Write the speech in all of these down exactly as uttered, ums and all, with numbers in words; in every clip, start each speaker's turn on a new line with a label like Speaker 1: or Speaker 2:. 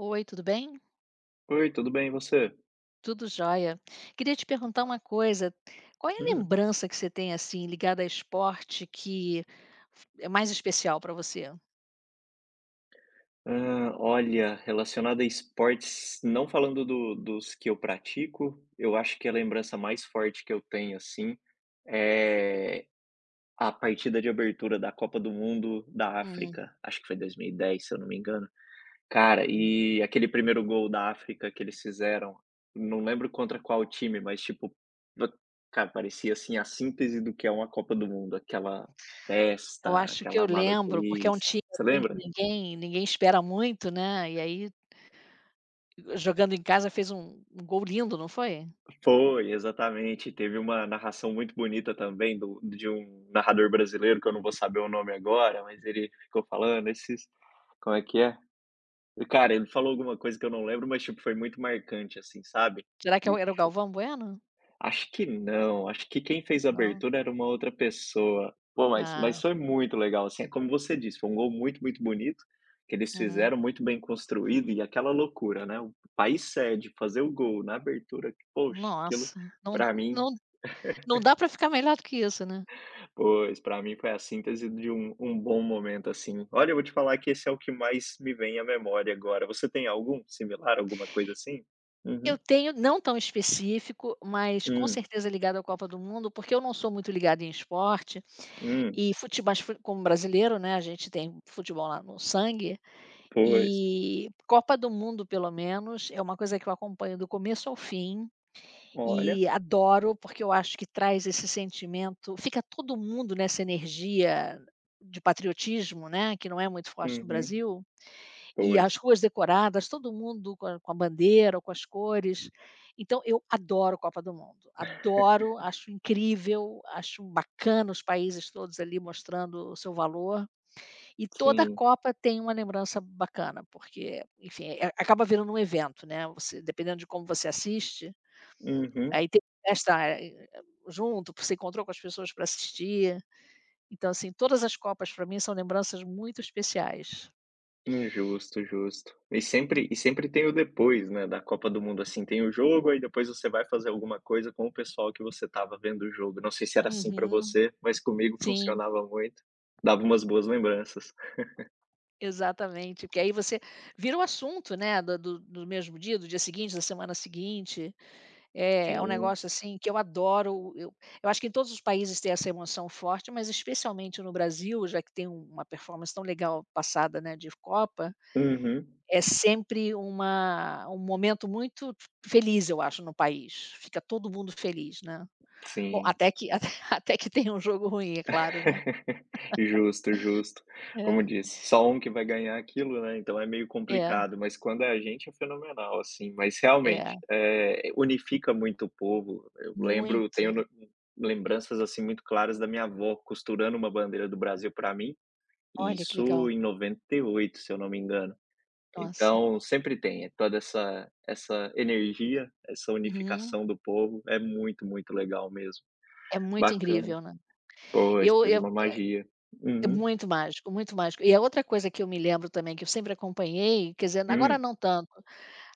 Speaker 1: Oi, tudo bem?
Speaker 2: Oi, tudo bem, e você?
Speaker 1: Tudo jóia. Queria te perguntar uma coisa, qual é a
Speaker 2: Hum.
Speaker 1: lembrança que você tem, assim, ligada a esporte que f é mais especial para você?
Speaker 2: Hã, olha, relacionado a esportes, não falando do dos que eu pratico, eu acho que a lembrança mais forte que eu tenho, assim, é a partida de abertura da Copa do Mundo da
Speaker 1: Uhum.
Speaker 2: África, acho que foi dois mil e dez, se eu não me engano. Cara, e aquele primeiro gol da África que eles fizeram, não lembro contra qual time, mas tipo, va cara, parecia, assim, a síntese do que é uma Copa do Mundo, aquela
Speaker 1: Eu
Speaker 2: festa,
Speaker 1: acho que eu
Speaker 2: aquela
Speaker 1: lembro, porque é um
Speaker 2: maluquice.
Speaker 1: time,
Speaker 2: Você
Speaker 1: assim, que
Speaker 2: lembra?
Speaker 1: ninguém ninguém espera muito, né, e aí jogando em casa fez um um gol lindo, não foi?
Speaker 2: Foi, exatamente. Teve uma narração muito bonita também do de um narrador brasileiro, que eu não vou saber o nome agora, mas ele ficou falando esses como é que é? Cara, ele falou alguma coisa que eu não lembro, mas, tipo, foi muito marcante, assim, sabe.
Speaker 1: Será que é o
Speaker 2: E
Speaker 1: era o
Speaker 2: fo
Speaker 1: Galvão Bueno?
Speaker 2: Acho que não, acho que quem fez a
Speaker 1: Não?
Speaker 2: abertura era uma outra pessoa. Pô, mas
Speaker 1: Ah,
Speaker 2: mas foi muito legal, assim, é como você disse, foi um gol muito, muito bonito, que eles
Speaker 1: uhum.
Speaker 2: fizeram, muito bem construído e aquela loucura, né, o país sede fazer o gol na abertura, que, poxa, aquilo
Speaker 1: Nossa, não
Speaker 2: pra mim.
Speaker 1: não não dá para ficar melhor do que isso, né.
Speaker 2: Pois, pra mim foi a síntese de um um bom momento, assim. Olha, eu vou te falar que esse é o que mais me vem à memória agora. Você tem algum similar, alguma coisa assim?
Speaker 1: Eu
Speaker 2: Uhum.
Speaker 1: tenho, não tão específico, mas com
Speaker 2: Hum,
Speaker 1: certeza ligado à Copa do Mundo, porque eu não sou muito ligado em esporte,
Speaker 2: hum,
Speaker 1: e futebol, mas fu como brasileiro, né, a gente tem futebol lá no sangue,
Speaker 2: pois.
Speaker 1: e Copa do Mundo pelo menos, é uma coisa que eu acompanho do começo ao fim.
Speaker 2: Olha.
Speaker 1: E adoro, porque eu acho que traz esse sentimento, fica todo mundo nessa energia de patriotismo, né, que não é muito forte no
Speaker 2: Uhum.
Speaker 1: Brasil, e
Speaker 2: Pois.
Speaker 1: as ruas decoradas, todo mundo com a com a bandeira ou com as cores. Então eu adoro Copa do Mundo, adoro, acho incrível, acho bacana os países todos ali mostrando o seu valor, e toda
Speaker 2: Sim.
Speaker 1: Copa tem uma lembrança bacana, porque, enfim, eh, acaba virando um evento, né, você dependendo de como você assiste. Aí
Speaker 2: Uhum.
Speaker 1: teve festa, eh, junto, você encontrou com as pessoas para assistir. Então, assim, todas as Copas para mim são lembranças muito especiais.
Speaker 2: Hum, justo, justo. E sempre e sempre tem o depois, né, da Copa do Mundo, assim, tem o jogo, aí depois você vai fazer alguma coisa com o pessoal que você tava vendo o jogo. Não sei se era assim pra
Speaker 1: Uhum.
Speaker 2: você, mas comigo
Speaker 1: Sim,
Speaker 2: funcionava muito. Dava umas boas lembranças.
Speaker 1: exatamente. Porque aí você vira o assunto, né, do do do mesmo dia, do dia seguinte, da semana seguinte. É é um
Speaker 2: Sim.
Speaker 1: negócio, assim, que eu adoro. Eu eu acho que em todos os países tem essa emoção forte, mas especialmente no Brasil, já que tem um- uma performance tão legal passada, né, de Copa.
Speaker 2: Uhum.
Speaker 1: É sempre uma um momento muito feliz, eu acho, no país. Fica todo mundo feliz, né. Bom,
Speaker 2: Sim.
Speaker 1: até que até até que tem um jogo ruim, é claro, né.
Speaker 2: Justo, justo. Como
Speaker 1: É,
Speaker 2: disse, só um que vai ganhar aquilo, né, então é meio
Speaker 1: é,
Speaker 2: complicado, mas quando é a gente é fenomenal, assim. Mas
Speaker 1: é.
Speaker 2: realmente, eh, unifica muito o povo. Eu lembro
Speaker 1: Muito.
Speaker 2: tenho no lembranças, assim, muito claras da minha avó costurando uma bandeira do Brasil para mim, e
Speaker 1: Olha, que legal.
Speaker 2: isso em noventa e oito se eu não me engano.
Speaker 1: Nossa.
Speaker 2: Então, sempre tem, eh, toda essa essa energia, essa
Speaker 1: Uhum.
Speaker 2: unificação do povo, é muito, muito legal mesmo.
Speaker 1: É muito
Speaker 2: Bacana.
Speaker 1: incrível, né.
Speaker 2: Pois,
Speaker 1: Eu
Speaker 2: pois
Speaker 1: eu
Speaker 2: uma magia.
Speaker 1: é
Speaker 2: Uhum.
Speaker 1: muito mágico, muito mágico. E a outra coisa que eu me lembro também, que eu sempre acompanhei, quer dizer, agora
Speaker 2: Hum.
Speaker 1: não tanto,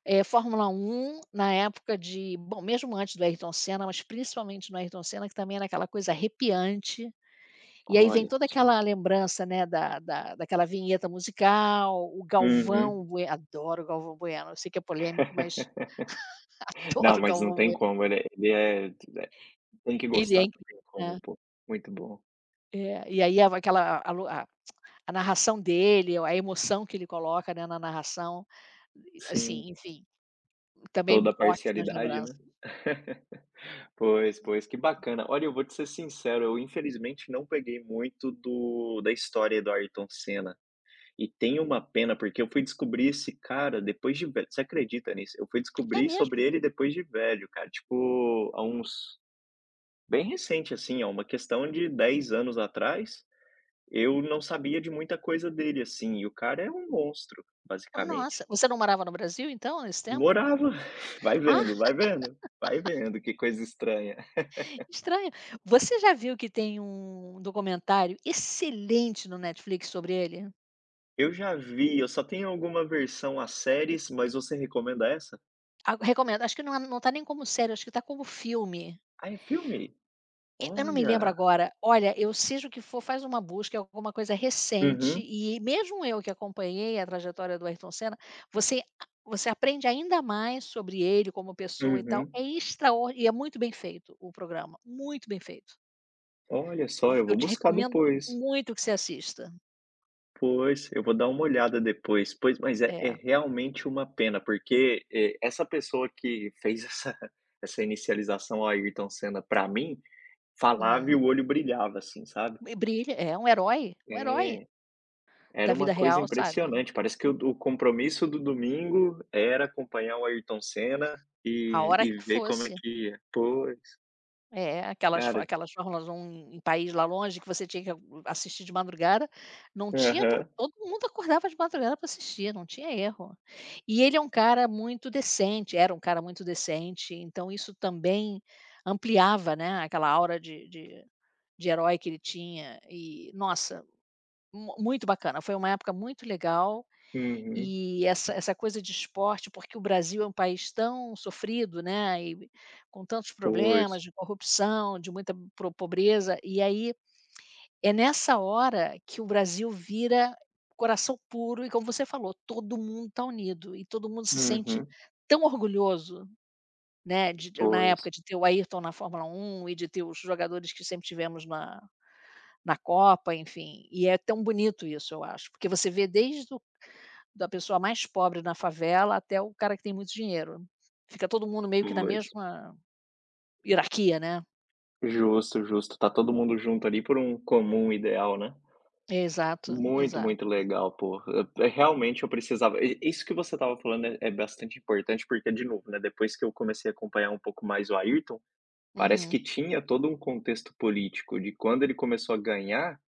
Speaker 1: é Fórmula Um na época de bom, mesmo antes do Ayrton Senna, mas principalmente no Ayrton Senna, que também era aquela coisa arrepiante. E aí vem
Speaker 2: Olha
Speaker 1: toda aquela
Speaker 2: só.
Speaker 1: lembrança, né, da da daquela vinheta musical, o
Speaker 2: Uhum.
Speaker 1: Galvão Bueno, adoro o Galvão Bueno, eu sei que é polêmico, mas
Speaker 2: Não,
Speaker 1: adoro o
Speaker 2: mas não
Speaker 1: Galvão
Speaker 2: tem
Speaker 1: Bueno.
Speaker 2: como, ele é, ele é é tem que
Speaker 1: Ele é
Speaker 2: gostar, não
Speaker 1: incrível,
Speaker 2: tem como,
Speaker 1: né.
Speaker 2: pô. Muito bom.
Speaker 1: É, e aí a aquela a lu a a narração dele, a emoção que ele coloca, né, na narração,
Speaker 2: Sim,
Speaker 1: assim, enfim. Também
Speaker 2: toda a
Speaker 1: ótimas
Speaker 2: parcialidade,
Speaker 1: lembranças.
Speaker 2: né. Pois,
Speaker 1: Hum,
Speaker 2: pois, que
Speaker 1: hum.
Speaker 2: bacana. Olha, eu vou te ser sincero, eu infelizmente não peguei muito do da história do Ayrton Senna, e tenho uma pena, porque eu fui descobrir esse cara depois de velho, você acredita nisso? Eu fui
Speaker 1: É
Speaker 2: descobrir
Speaker 1: mesmo?
Speaker 2: sobre ele depois de velho, cara, tipo, há uns. Bem recente, assim, ó. Uma questão de dez anos atrás, eu não sabia de muita coisa dele, assim, e o cara é um monstro,
Speaker 1: Nossa,
Speaker 2: basicamente.
Speaker 1: você não morava no Brasil então, nesse tempo?
Speaker 2: Morava vai
Speaker 1: Ah,
Speaker 2: vendo, vai vendo, vai vendo, que coisa estranha.
Speaker 1: estranho. Você já viu que tem um documentário excelente no Netflix sobre ele?
Speaker 2: Eu já vi, eu só tenho alguma versão a séries, mas você recomenda essa?
Speaker 1: Ah, recomendo, acho que não é, não tá nem como série, acho que tá como filme.
Speaker 2: Ah, é filme?
Speaker 1: E eu não me lembro
Speaker 2: Olha!
Speaker 1: agora. Olha, eu seja o que for, faz uma busca, é alguma coisa recente,
Speaker 2: Uhum,
Speaker 1: e mesmo eu que acompanhei a trajetória do Ayrton Senna, você você aprende ainda mais sobre ele como pessoa e tal.
Speaker 2: uhum.
Speaker 1: É extraor e é muito bem feito o programa, muito bem feito.
Speaker 2: Olha só, eu
Speaker 1: Eu
Speaker 2: vou
Speaker 1: te
Speaker 2: buscar
Speaker 1: recomendo
Speaker 2: depois.
Speaker 1: muito que você assista.
Speaker 2: Pois, eu vou dar uma olhada depois. Pois, mas é é
Speaker 1: É,
Speaker 2: realmente uma pena, porque, eh, essa pessoa que fez essa essa inicialização ao Ayrton Senna pra mim, falava
Speaker 1: uhum.
Speaker 2: e o olho brilhava, assim, sabe.
Speaker 1: E brilha, é um herói, um herói
Speaker 2: É,
Speaker 1: da
Speaker 2: era
Speaker 1: vida
Speaker 2: uma coisa
Speaker 1: real, sabe.
Speaker 2: impressionante, parece que o o compromisso do domingo era acompanhar o Ayrton Senna
Speaker 1: A
Speaker 2: e
Speaker 1: hora que
Speaker 2: e ver como é
Speaker 1: fosse.
Speaker 2: que ia. Pois,
Speaker 1: É, aquelas fó
Speaker 2: cara.
Speaker 1: aquelas Fórmulas um em em país lá longe que você tinha que assistir de madrugada, não tinha pro
Speaker 2: Aham.
Speaker 1: todo mundo acordava de madrugada para assistir, não tinha erro. E ele é um cara muito decente, era um cara muito decente, então isso também ampliava, né, aquela aura de de de herói que ele tinha e, nossa, mu muito bacana, foi uma época muito legal.
Speaker 2: Uhum.
Speaker 1: E essa essa coisa de esporte, porque o Brasil é um país tão sofrido, né, e com tantos
Speaker 2: Pois.
Speaker 1: problemas de corrupção, de muita pro pobreza, e aí é nessa hora que o Brasil vira coração puro, e como você falou, todo mundo está unido e todo mundo se sente
Speaker 2: Uhum.
Speaker 1: tão orgulhoso, né, de de na época
Speaker 2: Pois,
Speaker 1: de ter o Ayrton na Fórmula Um e de ter os jogadores que sempre tivemos na na Copa, enfim, e é tão bonito isso, eu acho, porque você vê desde da pessoa mais pobre na favela até o cara que tem muito dinheiro. Fica todo mundo meio que na
Speaker 2: pois.
Speaker 1: mesma hierarquia, né.
Speaker 2: Justo, justo. Tá todo mundo junto ali por um comum ideal, né.
Speaker 1: Exato,
Speaker 2: Muito,
Speaker 1: exato.
Speaker 2: muito legal, pô. Eh, realmente eu precisava i isso que você estava falando é é bastante importante, porque de novo, né, depois que eu comecei a acompanhar um pouco mais o Ayrton, parece
Speaker 1: Uhum,
Speaker 2: que tinha todo um contexto político de quando ele começou a ganhar,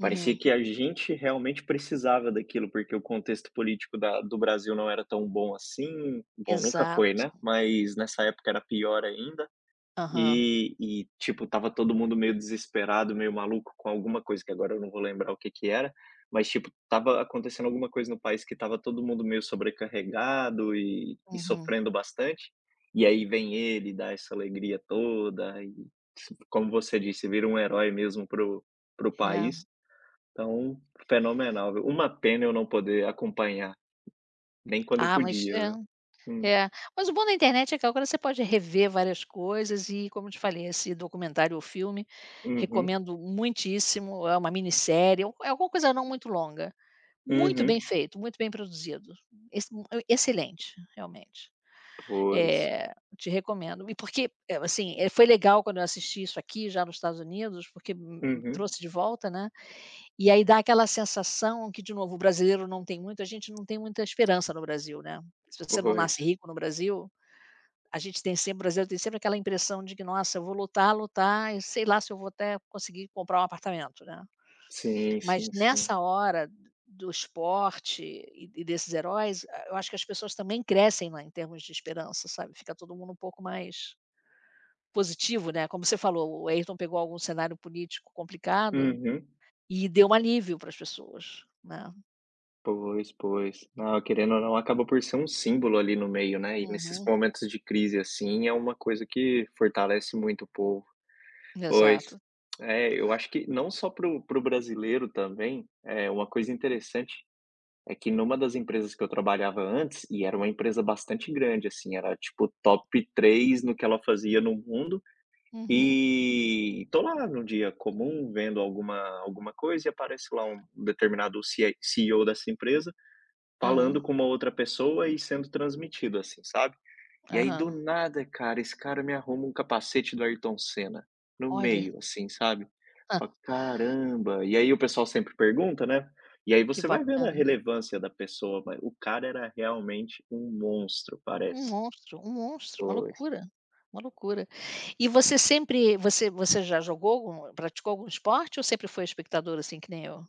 Speaker 2: parecia que a gente realmente precisava daquilo, porque o contexto político da do Brasil não era tão bom assim, bom, nunca foi,
Speaker 1: Exato.
Speaker 2: né, mas nessa época era pior ainda.
Speaker 1: Aham.
Speaker 2: E e, tipo, tava todo mundo meio desesperado, meio maluco com alguma coisa, que agora eu não vou lembrar o que que era, mas, tipo, tava acontecendo alguma coisa no país que tava todo mundo meio sobrecarregado e e
Speaker 1: Uhum.
Speaker 2: sofrendo bastante, e aí vem ele, dá essa alegria toda e, como você disse, vira um herói mesmo pro pro
Speaker 1: É.
Speaker 2: país. Então, fenomenal, viu. Uma pena eu não poder acompanhar, nem quando eu
Speaker 1: Ah, mas
Speaker 2: podia,
Speaker 1: é,
Speaker 2: viu. Hum.
Speaker 1: é. Mas o bom da internet é que agora você pode rever várias coisas e, como eu te falei, esse documentário ou filme,
Speaker 2: Uhum.
Speaker 1: recomendo muitíssimo. É uma minissérie, é um- é alguma coisa não muito longa. Muito bem
Speaker 2: Uhum.
Speaker 1: feito, muito bem produzido. Ex excelente, realmente.
Speaker 2: Pois.
Speaker 1: Eh, Te recomendo. E porque, eh, assim, eh, foi legal quando eu assisti isso aqui já nos Estados Unidos, porque m m
Speaker 2: Uhum.
Speaker 1: trouxe de volta, né, e aí dá aquela sensação que de novo o brasileiro não tem muito, a gente não tem muita esperança no Brasil, né. Se você não
Speaker 2: Pois.
Speaker 1: nasce rico no Brasil, a gente tem sempre, o brasileiro tem sempre aquela impressão de que: "Nossa, eu vou lutar, lutar e sei lá se eu vou até conseguir comprar um apartamento", né.
Speaker 2: Sim,
Speaker 1: Mas
Speaker 2: sim, sim.
Speaker 1: nessa hora do esporte e e desses heróis, ah, eu acho que as pessoas também crescem lá em termos de esperança, sabe, fica todo mundo um pouco mais positivo, né, como você falou, o Ayrton pegou algum cenário político complicado
Speaker 2: Uhum.
Speaker 1: e deu um alívio para as pessoas, né.
Speaker 2: Pois, pois. Não, querendo ou não, acaba por ser um símbolo ali no meio, né? E nesses
Speaker 1: Uhum,
Speaker 2: momentos de crise, assim, é uma coisa que fortalece muito o povo. Pois.
Speaker 1: exato.
Speaker 2: É, eu acho que não só para o brasileiro também, é uma coisa interessante é que numa das empresas que eu trabalhava antes, e era uma empresa bastante grande, assim, era tipo top três no que ela fazia no mundo.
Speaker 1: Uhum.
Speaker 2: E tô lá num dia comum vendo alguma alguma coisa e aparece lá um determinado C I C E O dessa empresa
Speaker 1: É,
Speaker 2: falando com uma outra pessoa e sendo transmitido, assim, sabe. E aí do
Speaker 1: aham.
Speaker 2: nada, cara, esse cara me arruma um capacete do Ayrton Senna, no
Speaker 1: Olha,
Speaker 2: meio, assim, sabe.
Speaker 1: hã,
Speaker 2: Falo: "Caramba!" E aí o pessoal sempre pergunta, né, e aí
Speaker 1: que
Speaker 2: você vai vendo a
Speaker 1: bacana.
Speaker 2: relevância da pessoa, mas o cara era realmente um monstro,
Speaker 1: Um
Speaker 2: parece.
Speaker 1: monstro, um monstro, uma
Speaker 2: Foi.
Speaker 1: loucura, uma loucura. E você sempre você você já jogou algum praticou algum esporte ou sempre foi espectador, assim, que nem eu?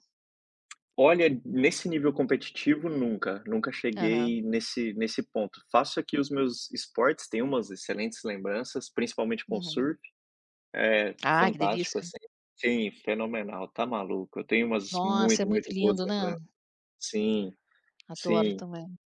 Speaker 2: Olha, nesse nível competitivo nunca, nunca
Speaker 1: Aham,
Speaker 2: cheguei nesse nesse ponto. Faço aqui os meus esportes, tenho umas excelentes lembranças, principalmente com
Speaker 1: uhum.
Speaker 2: surf, é
Speaker 1: Ai, que
Speaker 2: fantástico,
Speaker 1: delícia.
Speaker 2: assim. Sim, fenomenal, tá maluco. Eu tenho umas
Speaker 1: Nossa, é
Speaker 2: muito,
Speaker 1: muito
Speaker 2: muito boas
Speaker 1: lindo, né.
Speaker 2: lembranças. Sim,
Speaker 1: Adoro
Speaker 2: sim.
Speaker 1: também.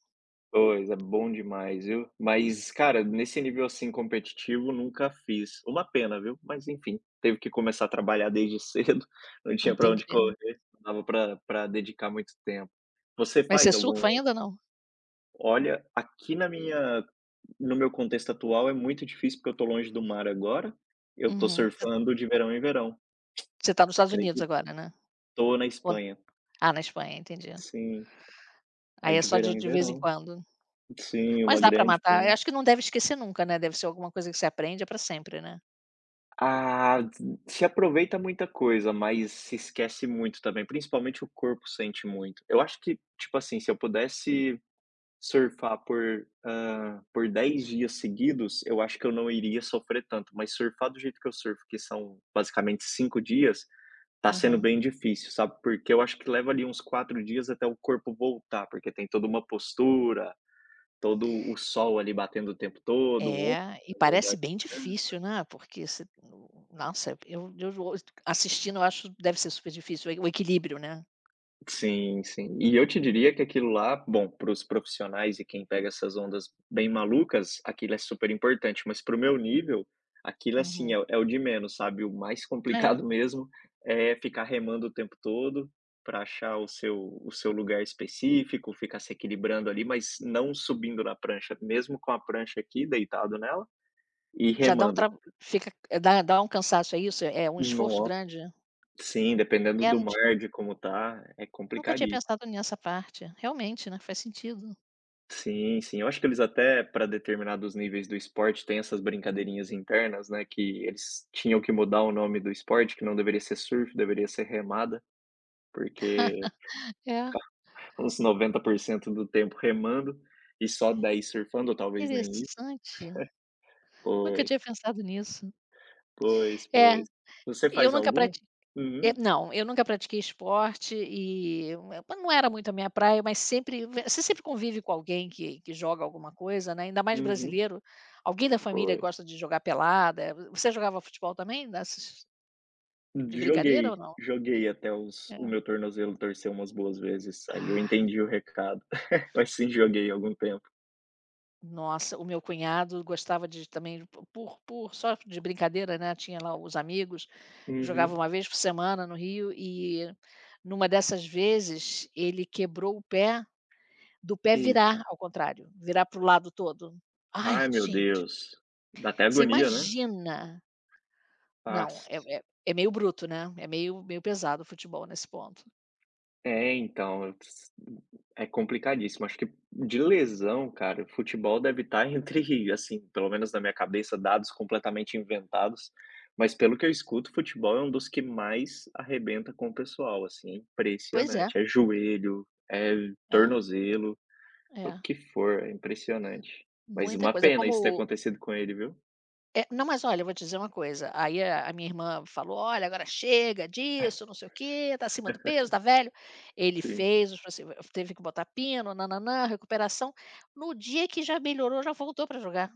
Speaker 2: Pois, é bom demais, viu. Mas, cara, nesse nível, assim, competitivo, nunca fiz. Uma pena, viu. Mas enfim, teve que começar a trabalhar desde cedo, não tinha pra onde
Speaker 1: Entendi.
Speaker 2: correr, não dava pra pra dedicar muito tempo. Você
Speaker 1: Mas você é
Speaker 2: faz algum
Speaker 1: surfa ainda ou não?
Speaker 2: olha, aqui na minha no meu contexto atual é muito difícil, porque eu tô longe do mar agora, eu tô
Speaker 1: Uhum. Você
Speaker 2: surfando de verão em verão,
Speaker 1: você tá nos Estados Unidos
Speaker 2: acredita?
Speaker 1: agora, né?
Speaker 2: Tô na
Speaker 1: Ou
Speaker 2: Espanha.
Speaker 1: Ah, na Espanha, entendi.
Speaker 2: Sim,
Speaker 1: Aí
Speaker 2: aí
Speaker 1: é
Speaker 2: de
Speaker 1: só
Speaker 2: verão
Speaker 1: de
Speaker 2: em
Speaker 1: de vez em
Speaker 2: verão.
Speaker 1: quando.
Speaker 2: Sim,
Speaker 1: Mas
Speaker 2: uma
Speaker 1: dá para
Speaker 2: grande
Speaker 1: matar. Eu
Speaker 2: pena.
Speaker 1: acho que não deve esquecer nunca, né, deve ser alguma coisa que você aprende para sempre, né?
Speaker 2: Ah, se aproveita muita coisa, mas se esquece muito também, principalmente o corpo sente muito. Eu acho que, tipo assim, se eu pudesse surfar por, hã, por dez dias seguidos, eu acho que eu não iria sofrer tanto, mas surfar do jeito que eu surfo, que são basicamente cinco dias, tá sendo
Speaker 1: Aham.
Speaker 2: bem difícil, sabe, porque eu acho que leva ali uns quatro dias até o corpo voltar, porque tem toda uma postura, todo o sol ali batendo o tempo todo, o ombro
Speaker 1: É, e
Speaker 2: também dói.
Speaker 1: parece bem difícil, né, porque você no nossa, eu eu vou assistindo, eu acho que deve ser super difícil o equilíbrio, né.
Speaker 2: Sim, sim. E eu te diria que aquilo lá, bom, para os profissionais e quem pega essas ondas bem malucas, aquilo é super importante, mas para o meu nível, aquilo assim
Speaker 1: Uhum.
Speaker 2: é o é o de menos, sabe? O mais
Speaker 1: É,
Speaker 2: complicado mesmo é ficar remando o tempo todo para achar o seu o seu lugar específico, ficar se equilibrando ali, mas não subindo na prancha, mesmo com a prancha aqui, deitado nela e
Speaker 1: já dá um
Speaker 2: remando.
Speaker 1: tra fica é, dá dá um cansaço, é isso? É um esforço
Speaker 2: No
Speaker 1: grande, né?
Speaker 2: Sim, dependendo
Speaker 1: É,
Speaker 2: do
Speaker 1: não ti
Speaker 2: mar, de como tá, é
Speaker 1: nunca tinha
Speaker 2: complicadíssimo.
Speaker 1: pensado nessa parte. Realmente, né, faz sentido.
Speaker 2: Sim, sim. Eu acho que eles até para determinados níveis do esporte têm essas brincadeirinhas internas, né, que eles tinham que mudar o nome do esporte, que não deveria ser surf, deveria ser remada, porque
Speaker 1: É,
Speaker 2: uns noventa por cento do tempo remando e só dez surfando, ou talvez nem isso.
Speaker 1: interessante. Nunca
Speaker 2: Pois,
Speaker 1: tinha pensado nisso.
Speaker 2: pois,
Speaker 1: É,
Speaker 2: pois. Você
Speaker 1: eu
Speaker 2: faz
Speaker 1: nunca
Speaker 2: algum?
Speaker 1: pratiquei. Eh,
Speaker 2: Uhum,
Speaker 1: não, eu nunca pratiquei esporte e eu- eu- não era muito a minha praia, mas sempre você sempre convive com alguém que que joga alguma coisa, né, ainda mais
Speaker 2: uhum.
Speaker 1: brasileiro, alguém da família
Speaker 2: Pois.
Speaker 1: gosta de jogar pelada. Você jogava futebol também, dessas de brincadeira ou
Speaker 2: Joguei,
Speaker 1: não?
Speaker 2: joguei até os o
Speaker 1: É.
Speaker 2: meu tornozelo torcer umas boas vezes, aí eu
Speaker 1: Ah,
Speaker 2: entendi o recado. Mas sim, joguei algum tempo.
Speaker 1: nossa, o meu cunhado gostava de também, por por só de brincadeira, né, tinha lá os amigos, jogava
Speaker 2: Uhum.
Speaker 1: uma vez por semana no Rio, e numa dessas vezes ele quebrou o pé, do pé
Speaker 2: Eita.
Speaker 1: virar ao contrário, virar para o lado todo. Ai,
Speaker 2: Ai, meu
Speaker 1: gente,
Speaker 2: Deus. Dá até
Speaker 1: você
Speaker 2: agonia, né?
Speaker 1: imagina. Não, é
Speaker 2: Passa.
Speaker 1: é é meio bruto, né, é meio meio pesado o futebol nesse ponto.
Speaker 2: É, então, eu ts- é complicadíssimo. Acho que de lesão, cara, o futebol deve estar entre, assim, pelo menos na minha cabeça, dados completamente inventados. Mas pelo que eu escuto, o futebol é um dos que mais arrebenta com o pessoal, assim, é
Speaker 1: Pois é,
Speaker 2: impressionante. É joelho, é
Speaker 1: é,
Speaker 2: tornozelo, é o
Speaker 1: é,
Speaker 2: que for, é impressionante. Mas
Speaker 1: muita
Speaker 2: uma
Speaker 1: coisa, é
Speaker 2: pena isso ter
Speaker 1: como
Speaker 2: acontecido com ele, viu?
Speaker 1: é. Não, mas olha, eu vou te dizer uma coisa, aí a a minha irmã falou: "Olha, agora chega disso, não sei o quê, tá acima do peso, tá velho". Ele
Speaker 2: Sim.
Speaker 1: fez os proce teve que botar pino, nananã, recuperação. No dia que já melhorou, já voltou para jogar.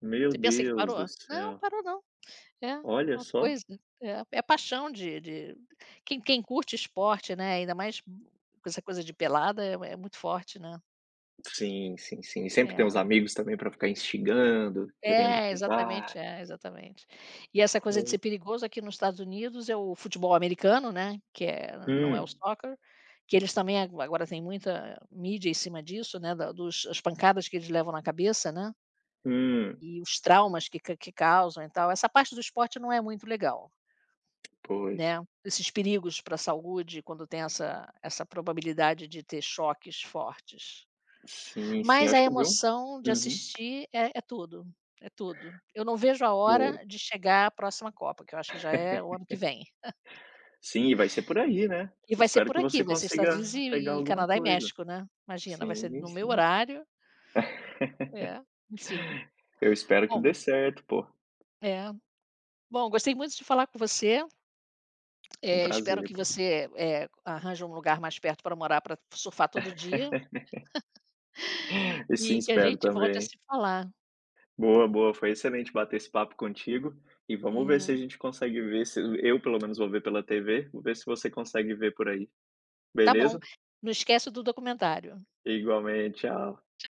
Speaker 2: Meu
Speaker 1: Você pensa que
Speaker 2: Deus do
Speaker 1: parou? Não,
Speaker 2: céu.
Speaker 1: parou não. É,
Speaker 2: Olha
Speaker 1: uma
Speaker 2: só.
Speaker 1: coisa é é a paixão de de quem quem curte esporte, né, ainda mais com essa coisa de pelada, é é muito forte, né.
Speaker 2: Sim, sim, sim. E sempre tem
Speaker 1: É,
Speaker 2: uns amigos também pra ficar instigando, querendo
Speaker 1: é,
Speaker 2: que
Speaker 1: exatamente,
Speaker 2: vá.
Speaker 1: é, exatamente. E essa coisa de
Speaker 2: Hum,
Speaker 1: ser perigoso aqui nos Estados Unidos é o futebol americano, né, que é não é o
Speaker 2: hum,
Speaker 1: soccer, que eles também ago agora tem muita mídia em cima disso, né, da dos as pancadas que eles levam na cabeça, né,
Speaker 2: hum.
Speaker 1: e os traumas que ca que causam e tal, essa parte do esporte não é muito legal.
Speaker 2: Pois.
Speaker 1: Né, esses perigos para a saúde quando tem essa essa probabilidade de ter choques fortes.
Speaker 2: Sim, sim,
Speaker 1: Mas a
Speaker 2: acho que viu.
Speaker 1: emoção de
Speaker 2: Uhum.
Speaker 1: assistir é é tudo, é tudo. Eu não vejo a
Speaker 2: Foi.
Speaker 1: hora de chegar à próxima Copa, que eu acho que já é o ano que vem.
Speaker 2: Sim, e vai ser por aí, né.
Speaker 1: E
Speaker 2: Eu
Speaker 1: vai ser
Speaker 2: espero
Speaker 1: por
Speaker 2: que
Speaker 1: aqui,
Speaker 2: você
Speaker 1: vai ser Estados
Speaker 2: consiga
Speaker 1: Unidos e
Speaker 2: pegar
Speaker 1: e
Speaker 2: alguma
Speaker 1: Canadá e
Speaker 2: coisa.
Speaker 1: México, né. Imagina, vai ser
Speaker 2: Sim,
Speaker 1: no meu
Speaker 2: sim.
Speaker 1: horário, é, enfim.
Speaker 2: Eu espero que
Speaker 1: Bom,
Speaker 2: dê certo, pô.
Speaker 1: é. Bom, gostei muito de falar com você,
Speaker 2: Foi um
Speaker 1: eh, espero
Speaker 2: prazer,
Speaker 1: que
Speaker 2: pô.
Speaker 1: você, eh, arranje um lugar mais perto para morar para surfar todo dia.
Speaker 2: E sim,
Speaker 1: E que a
Speaker 2: espero
Speaker 1: gente volte a
Speaker 2: também.
Speaker 1: se falar.
Speaker 2: Boa, boa, foi excelente bater esse papo contigo e vamos ver se a
Speaker 1: Uhum.
Speaker 2: gente consegue ver se eu pelo menos vou ver pela T V, vou ver se você consegue ver por aí,
Speaker 1: Tá bom,
Speaker 2: beleza?
Speaker 1: não esquece do documentário.
Speaker 2: Igualmente, tchau.